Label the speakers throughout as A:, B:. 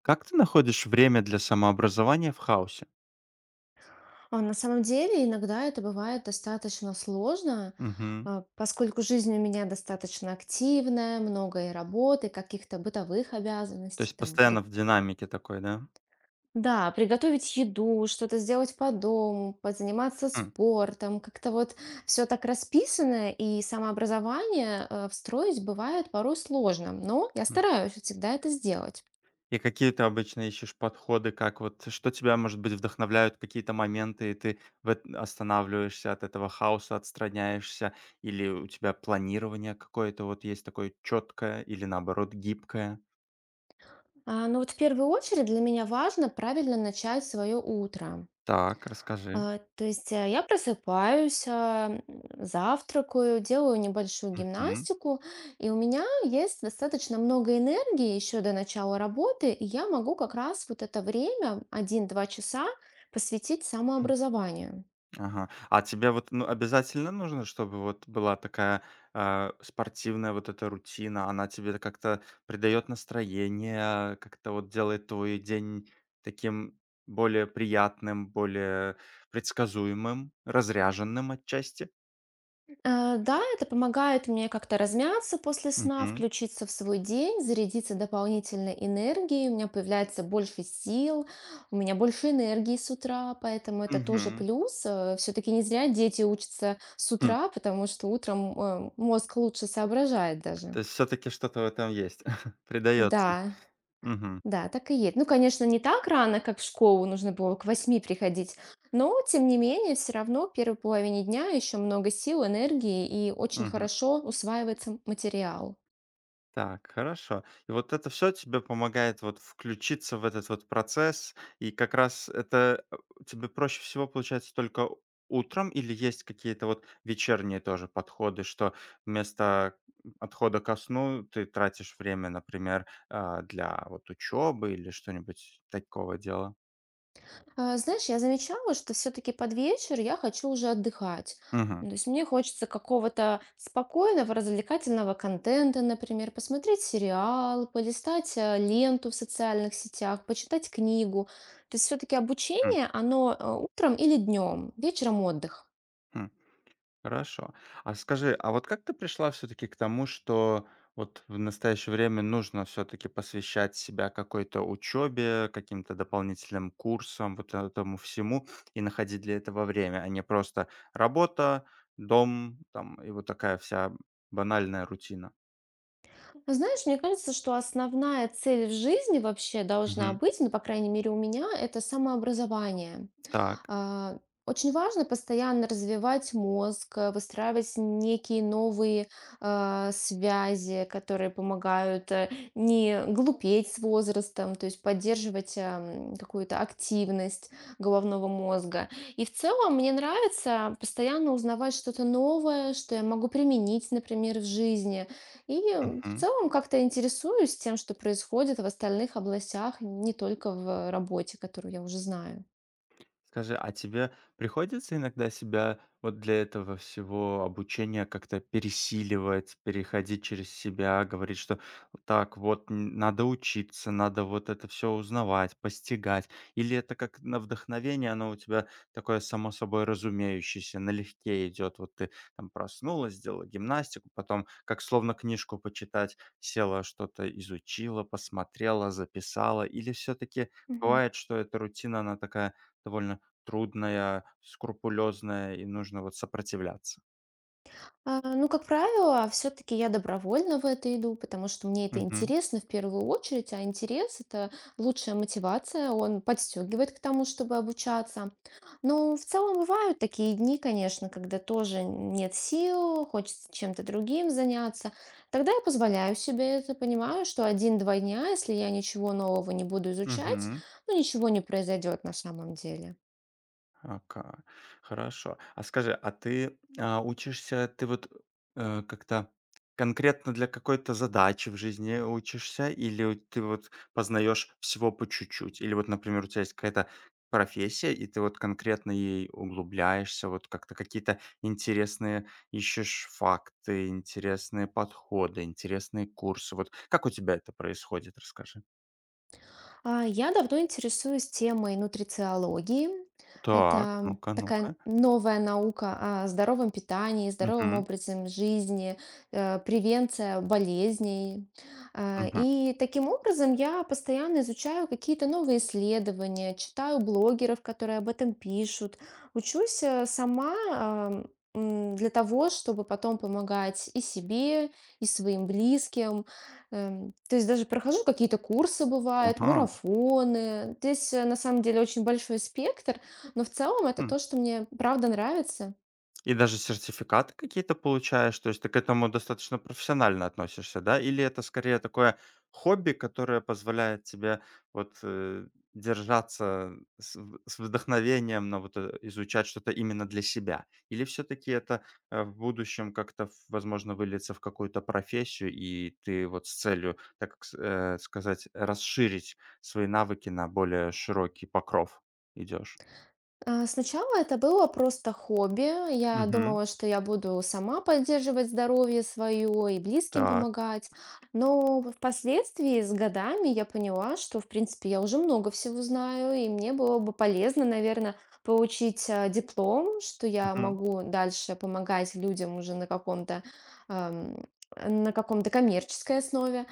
A: Как ты находишь время для самообразования в хаосе?
B: А на самом деле иногда это бывает достаточно сложно,
A: Мгм.
B: поскольку жизнь у меня достаточно активная, много и работы, каких-то бытовых
A: То
B: обязанностей,
A: есть
B: там,
A: постоянно в динамике такой, да?
B: да, приготовить еду, что-то сделать по дому, позаниматься
A: М,
B: спортом, как-то вот все так расписано, и самообразование встроить бывает порой сложно, но я
A: м.
B: стараюсь всегда это сделать.
A: И какие ты обычно ищешь подходы, как вот что тебя, может быть, вдохновляют какие-то моменты, и ты в эт останавливаешься от этого хаоса, отстраняешься, или у тебя планирование какое-то вот есть такое четкое или, наоборот, гибкое?
B: Но вот в первую очередь для меня важно правильно начать свое утро.
A: Так, расскажи.
B: То есть, я просыпаюсь, завтракаю, делаю небольшую
A: Мгм.
B: гимнастику, и у меня есть достаточно много энергии еще до начала работы, и я могу как раз вот это время, 1-2 часа, посвятить самообразованию.
A: Ага. А тебе вот, ну, обязательно нужно, чтобы вот была такая, спортивная вот эта рутина? Она тебе как-то придает настроение, как-то вот делает твой день таким более приятным, более предсказуемым, разряженным отчасти?
B: Да, это помогает мне как-то размяться после сна,
A: Мгм.
B: включиться в свой день, зарядиться дополнительной энергией, у меня появляется больше сил, у меня больше энергии с утра, поэтому это тоже
A: Мгм.
B: плюс. Все-таки не зря дети учатся с
A: Хм.
B: утра, потому что утром мозг лучше соображает даже.
A: То есть все таки что-то в этом есть, придается.
B: Да.
A: Мгм.
B: Да, так и есть. Ну, конечно, не так рано, как в школу нужно было к восьми приходить, но тем не менее все равно в первой половине дня еще много сил, энергии и очень
A: Мгм.
B: хорошо усваивается материал.
A: Так, хорошо. И вот это все тебе помогает вот включиться в этот вот процесс, и как раз это, тебе проще всего получается только утром, или есть какие-то вот вечерние тоже подходы, что вместо отхода ко сну ты тратишь время, например, для вот учебы или что-нибудь такого дела?
B: Знаешь, я замечала, что все-таки под вечер я хочу уже отдыхать.
A: Мгм.
B: Ну, то есть мне хочется какого-то спокойного, развлекательного контента, например, посмотреть сериал, полистать ленту в социальных сетях, почитать книгу. То есть все-таки обучение, оно утром или днем, вечером отдых.
A: Хорошо. А скажи, а вот как ты пришла все-таки к тому, что вот в настоящее время нужно все-таки посвящать себя какой-то учебе, каким-то дополнительным курсам, вот этому всему, и находить для этого время, а не просто работа, дом, там, и вот такая вся банальная рутина?
B: Знаешь, мне кажется, что основная цель в жизни вообще должна
A: Мгм.
B: быть, ну, по крайней мере, у меня, это самообразование.
A: Так.
B: А, Очень важно постоянно развивать мозг, выстраивать некие новые связи, которые помогают не глупеть с возрастом, то есть поддерживать какую-то активность головного мозга. И в целом мне нравится постоянно узнавать что-то новое, что я могу применить, например, в жизни. И в целом как-то интересуюсь тем, что происходит в остальных областях, не только в работе, которую я уже знаю.
A: Скажи, а тебе приходится иногда себя вот для этого всего обучения как-то пересиливать, переходить через себя, говорить, что так вот надо учиться, надо вот это все узнавать, постигать? Или это как на вдохновение, оно у тебя такое само собой разумеющееся, налегке идет, вот ты там проснулась, сделала гимнастику, потом как словно книжку почитать, села что-то изучила, посмотрела, записала, или все-таки
B: Мгм.
A: бывает, что эта рутина, она такая довольно трудная, скрупулезная, и нужно вот сопротивляться.
B: Ну, как правило, все-таки я добровольно в это иду, потому что мне это
A: Мгм.
B: интересно в первую очередь, а интерес это лучшая мотивация, он подстегивает к тому, чтобы обучаться. Но в целом бывают такие дни, конечно, когда тоже нет сил, хочется чем-то другим заняться. Тогда я позволяю себе это, понимаю, что 1-2 дня, если я ничего нового не буду изучать,
A: Мгм.
B: ну ничего не произойдет на самом деле.
A: Ака. Хорошо. А скажи, а ты, учишься, ты вот, как-то конкретно для какой-то задачи в жизни учишься, или у ты вот познаешь всего по чуть-чуть? Или вот, например, у тебя есть какая-то профессия, и ты вот конкретно ей углубляешься, вот как-то какие-то интересные ищешь факты, интересные подходы, интересные курсы. Вот как у тебя это происходит, расскажи?
B: Я давно интересуюсь темой нутрициологии.
A: Так,
B: Это
A: ну-ка,
B: такая
A: ну-ка.
B: новая наука о здоровом питании, здоровом
A: Мгм,
B: образе жизни, превенция болезней.
A: мгм.
B: И таким образом я постоянно изучаю какие-то новые исследования, читаю блогеров, которые об этом пишут, учусь сама для того, чтобы потом помогать и себе, и своим близким. То есть даже прохожу какие-то курсы, бывают,
A: Ага.
B: марафоны. Здесь, на самом деле, очень большой спектр, но в целом это то, что мне правда нравится.
A: И даже сертификаты какие-то получаешь? То есть ты к этому достаточно профессионально относишься, да? Или это скорее такое хобби, которое позволяет тебе вот, держаться с вдохновением, на вот, изучать что-то именно для себя? Или все таки это, в будущем как-то, в возможно, выльется в какую-то профессию, и ты вот с целью, так сказать, расширить свои навыки на более широкий покров идешь?
B: Сначала это было просто хобби. Я
A: Мгм.
B: думала, что я буду сама поддерживать здоровье свое и близким
A: Так.
B: помогать. Но впоследствии с годами я поняла, что, в принципе, я уже много всего знаю, и мне было бы полезно, наверное, получить диплом, что я
A: Мгм.
B: могу дальше помогать людям уже на каком-то ам, на каком-то коммерческой основе.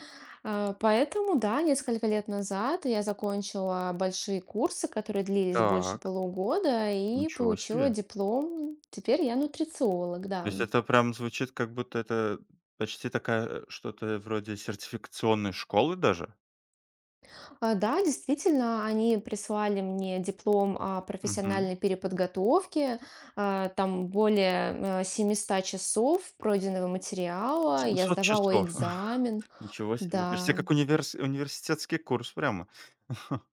B: Поэтому, да, несколько лет назад я закончила большие курсы, которые длились больше
A: Так.
B: полугода, и
A: Ничего
B: получила
A: себе.
B: диплом. Теперь я нутрициолог,
A: То
B: да.
A: есть это прям звучит, как будто это почти такая, что-то вроде сертификационной школы даже?
B: Да, действительно, они прислали мне диплом о
A: Мгм.
B: профессиональной переподготовке. Там более 700 часов пройденного материала. Я
A: 700
B: сдавала
A: часов.
B: экзамен,
A: Ничего себе. Почти
B: да.
A: как университетский курс прямо.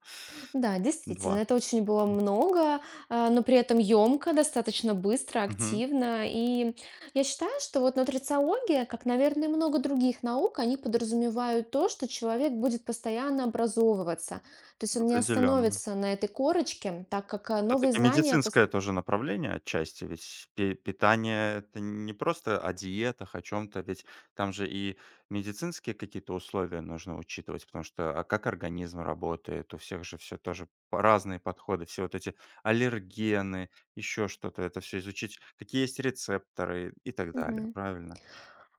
B: Да,
A: 2.
B: действительно, это очень было
A: М.
B: много, но при этом емко, достаточно быстро,
A: Мгм.
B: активно. И я считаю, что вот нутрициология, как, наверное, много других наук, они подразумевают то, что человек будет постоянно образовываться. То есть он не
A: Определенно.
B: остановится на этой корочке, так как новые
A: Всё-таки
B: знания.
A: медицинское тоже направление отчасти, ведь пе питание — это не просто о диетах, о чем то ведь там же и медицинские какие-то условия нужно учитывать, потому что, а как организм работает, у всех же все тоже по разные подходы, все вот эти аллергены, еще что-то, это все изучить, какие есть рецепторы и так далее, правильно?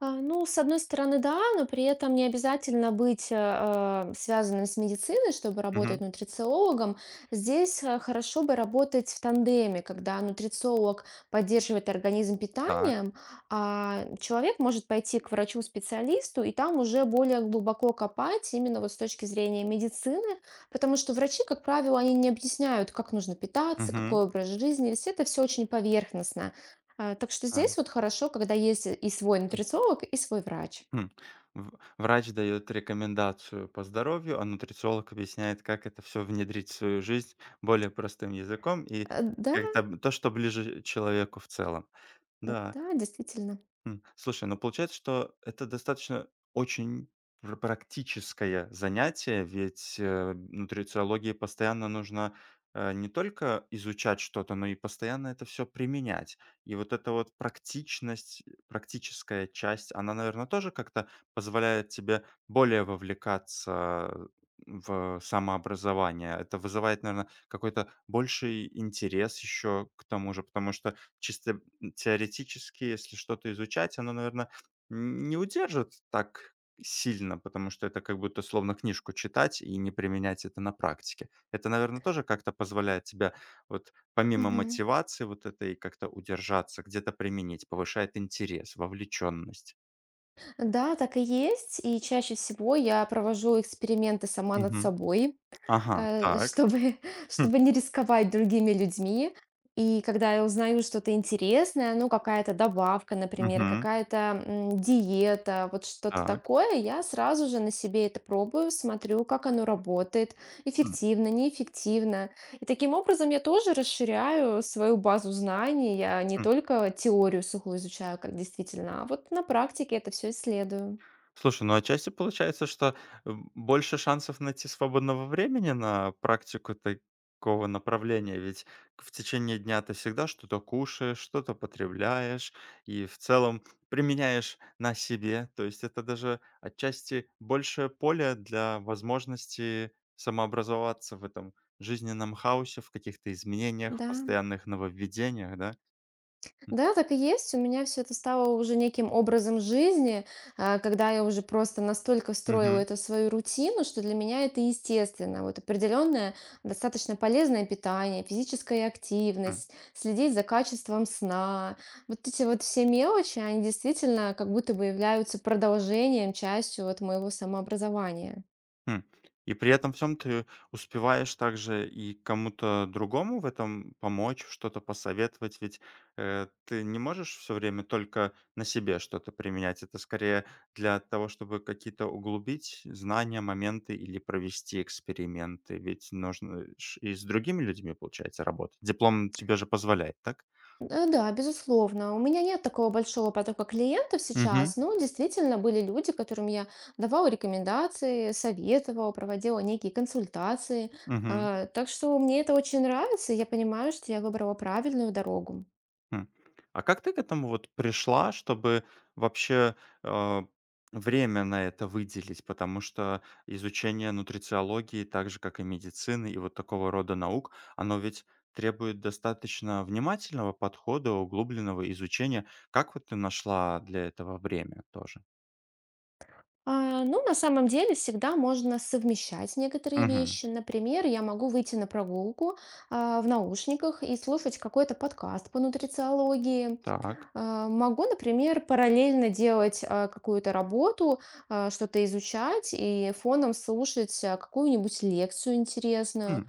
B: Ну, с одной стороны, да, но при этом не обязательно быть связанным с медициной, чтобы работать
A: Мгм.
B: нутрициологом. Здесь хорошо бы работать в тандеме, когда нутрициолог поддерживает организм
A: Так.
B: питанием, а человек может пойти к врачу-специалисту и там уже более глубоко копать именно вот с точки зрения медицины, потому что врачи, как правило, они не объясняют, как нужно питаться,
A: Мгм.
B: какой образ жизни, то есть это все очень поверхностно. Так что здесь вот хорошо, когда есть и свой
A: А.
B: нутрициолог, и свой врач.
A: Хм. В врач дает рекомендацию по здоровью, а нутрициолог объясняет, как это все внедрить в свою жизнь более простым языком и
B: Да,
A: как-то то, что ближе человеку в целом. Да.
B: да, действительно.
A: Слушай, ну получается, что это достаточно очень пр практическое занятие, ведь, нутрициологии постоянно нужно, не только изучать что-то, но и постоянно это все применять. И вот эта вот практичность, практическая часть, она, наверное, тоже как-то позволяет тебе более вовлекаться в самообразование. Это вызывает, наверное, какой-то больший интерес еще к тому же, потому что чисто теоретически, если что-то изучать, оно, наверное, не удержит так сильно, потому что это как будто словно книжку читать и не применять это на практике. Это, наверное, тоже как-то позволяет тебя вот, помимо
B: Мгм.
A: мотивации вот этой, как-то удержаться, где-то применить, повышает интерес, вовлеченность.
B: Да, так и есть. И чаще всего я провожу эксперименты сама над
A: Мгм.
B: собой.
A: Ага, так.
B: Чтобы,
A: Хм.
B: чтобы не рисковать другими людьми. И когда я узнаю что-то интересное, ну, какая-то добавка, например,
A: Мгм.
B: какая-то диета, вот что-то
A: Так.
B: такое, я сразу же на себе это пробую, смотрю, как оно работает,
A: М.
B: эффективно, неэффективно. И таким образом я тоже расширяю свою базу знаний. Я не только теорию сухую изучаю, как действительно, а вот на практике это все исследую.
A: Слушай, ну отчасти получается, что, больше шансов найти свободного времени на практику такого направления. Ведь в течение дня ты всегда что-то кушаешь, что-то потребляешь и в целом применяешь на себе. То есть это даже отчасти большее поле для возможности самообразоваться в этом жизненном хаосе, в каких-то изменениях, в
B: Да.
A: постоянных нововведениях, да? М.
B: Да, так и есть. У меня все это стало уже неким образом жизни, когда я уже просто настолько встроила
A: Мгм.
B: это в свою рутину, что для меня это естественно. Вот определенное, достаточно полезное питание, физическая
A: М.
B: активность, следить за качеством сна. Вот эти вот все мелочи, они действительно как будто бы являются продолжением, частью вот моего самообразования.
A: Хм. И при этом всём ты успеваешь также и кому-то другому в этом помочь, что-то посоветовать, ведь, ты не можешь все время только на себе что-то применять. Это скорее для того, чтобы какие-то углубить знания, моменты, или провести эксперименты. Ведь нужно ж и с другими людьми, получается, работать. Диплом тебе же позволяет, так?
B: Да, безусловно. У меня нет такого большого потока клиентов
A: Мгм.
B: сейчас, но действительно были люди, которым я давала рекомендации, советовала, проводила некие консультации. Так что мне это очень нравится, и я понимаю, что я выбрала правильную дорогу.
A: Хм. А как ты к этому вот пришла, чтобы вообще, э, время на это выделить? Потому что изучение нутрициологии, так же как и медицины, и вот такого рода наук, оно ведь требует достаточно внимательного подхода, углубленного изучения. Как вот ты нашла для этого время тоже?
B: Ну, на самом деле, всегда можно совмещать некоторые
A: Мгм.
B: вещи. Например, я могу выйти на прогулку в наушниках и слушать какой-то подкаст по нутрициологии.
A: Так.
B: Могу, например, параллельно делать какую-то работу, что-то изучать и фоном слушать какую-нибудь лекцию интересную.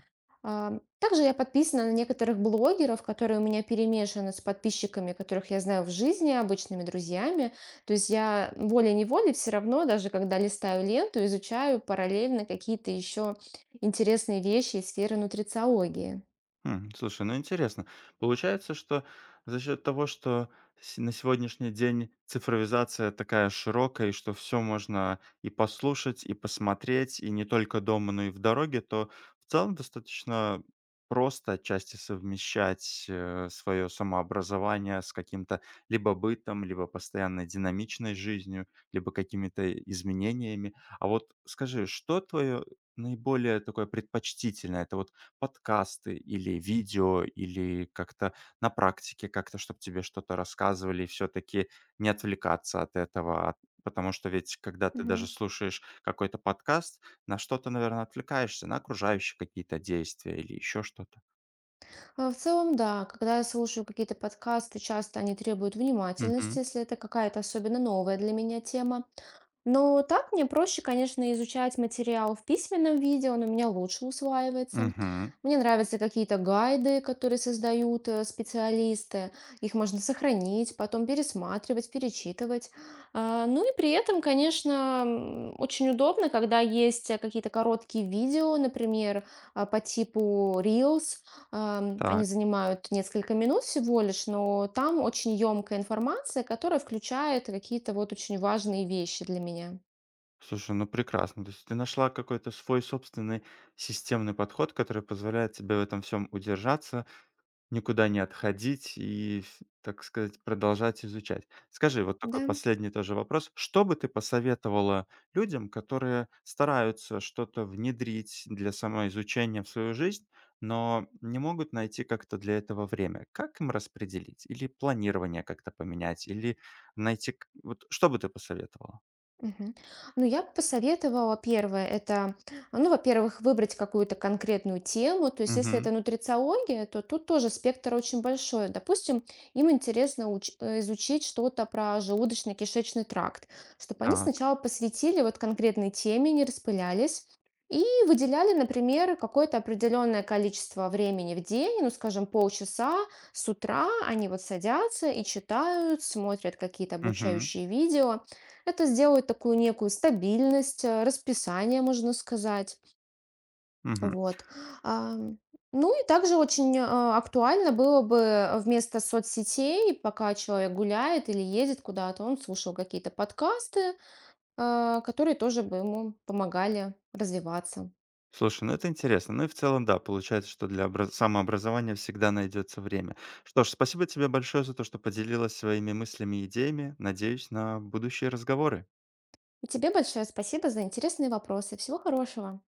B: Также я подписана на некоторых блогеров, которые у меня перемешаны с подписчиками, которых я знаю в жизни, обычными друзьями. То есть я волей-неволей все равно, даже когда листаю ленту, изучаю параллельно какие-то еще интересные вещи из сферы нутрициологии.
A: Хм, слушай, ну интересно. Получается, что за счет того, что на сегодняшний день цифровизация такая широкая, и что все можно и послушать, и посмотреть, и не только дома, но и в дороге, то в целом достаточно просто отчасти совмещать свое самообразование с каким-то либо бытом, либо постоянно динамичной жизнью, либо какими-то изменениями. А вот скажи, что твое наиболее такое предпочтительное? Это вот подкасты или видео, или как-то на практике, как-то, чтобы тебе что-то рассказывали, и все-таки не отвлекаться от этого. Потому что ведь, когда ты даже слушаешь какой-то подкаст, на что-то, наверное, отвлекаешься, на окружающие какие-то действия или еще что-то.
B: В целом, да, когда я слушаю какие-то подкасты, часто они требуют
A: Мгм.
B: внимательности, если это какая-то особенно новая для меня тема. Но так мне проще, конечно, изучать материал в письменном виде, он у меня лучше усваивается.
A: Мгм.
B: Мне нравятся какие-то гайды, которые создают специалисты. Их можно сохранить, потом пересматривать, перечитывать. Ну и при этом, конечно, очень удобно, когда есть какие-то короткие видео, например, по типу Reels, Они
A: Так.
B: занимают несколько минут всего лишь, но там очень емкая информация, которая включает какие-то вот очень важные вещи для меня.
A: Слушай, ну прекрасно. То есть ты нашла какой-то свой собственный системный подход, который позволяет тебе в этом всем удержаться, никуда не отходить и, ф так сказать, продолжать изучать. Скажи, вот такой
B: Да.
A: последний тоже вопрос. Что бы ты посоветовала людям, которые стараются что-то внедрить для самоизучения в свою жизнь, но не могут найти как-то для этого время? Как им распределить? Или планирование как-то поменять? Или найти к вот что бы ты посоветовала?
B: Мгм. Ну, я бы посоветовала первое, это, ну, во-первых, выбрать какую-то конкретную тему. То есть, если это
A: Мгм.
B: нутрициология, то тут тоже спектр очень большой. Допустим, им интересно изучить что-то про желудочно-кишечный тракт, чтобы они
A: Так.
B: сначала посвятили вот конкретной теме, не распылялись. И выделяли, например, какое-то определенное количество времени в день, ну, скажем, полчаса с утра они вот садятся и читают, смотрят какие-то
A: Мгм.
B: обучающие видео, это сделает такую некую стабильность, расписание, можно сказать.
A: Мгм.
B: Вот. Ам, Ну и также очень актуально было бы вместо соцсетей, пока человек гуляет или едет куда-то, он слушал какие-то подкасты, которые тоже бы ему помогали развиваться.
A: Слушай, ну это интересно. Ну и в целом, да, получается, что для самообразования всегда найдется время. Что ж, спасибо тебе большое за то, что поделилась своими мыслями и идеями. Надеюсь на будущие разговоры.
B: И тебе большое спасибо за интересные вопросы. Всего хорошего.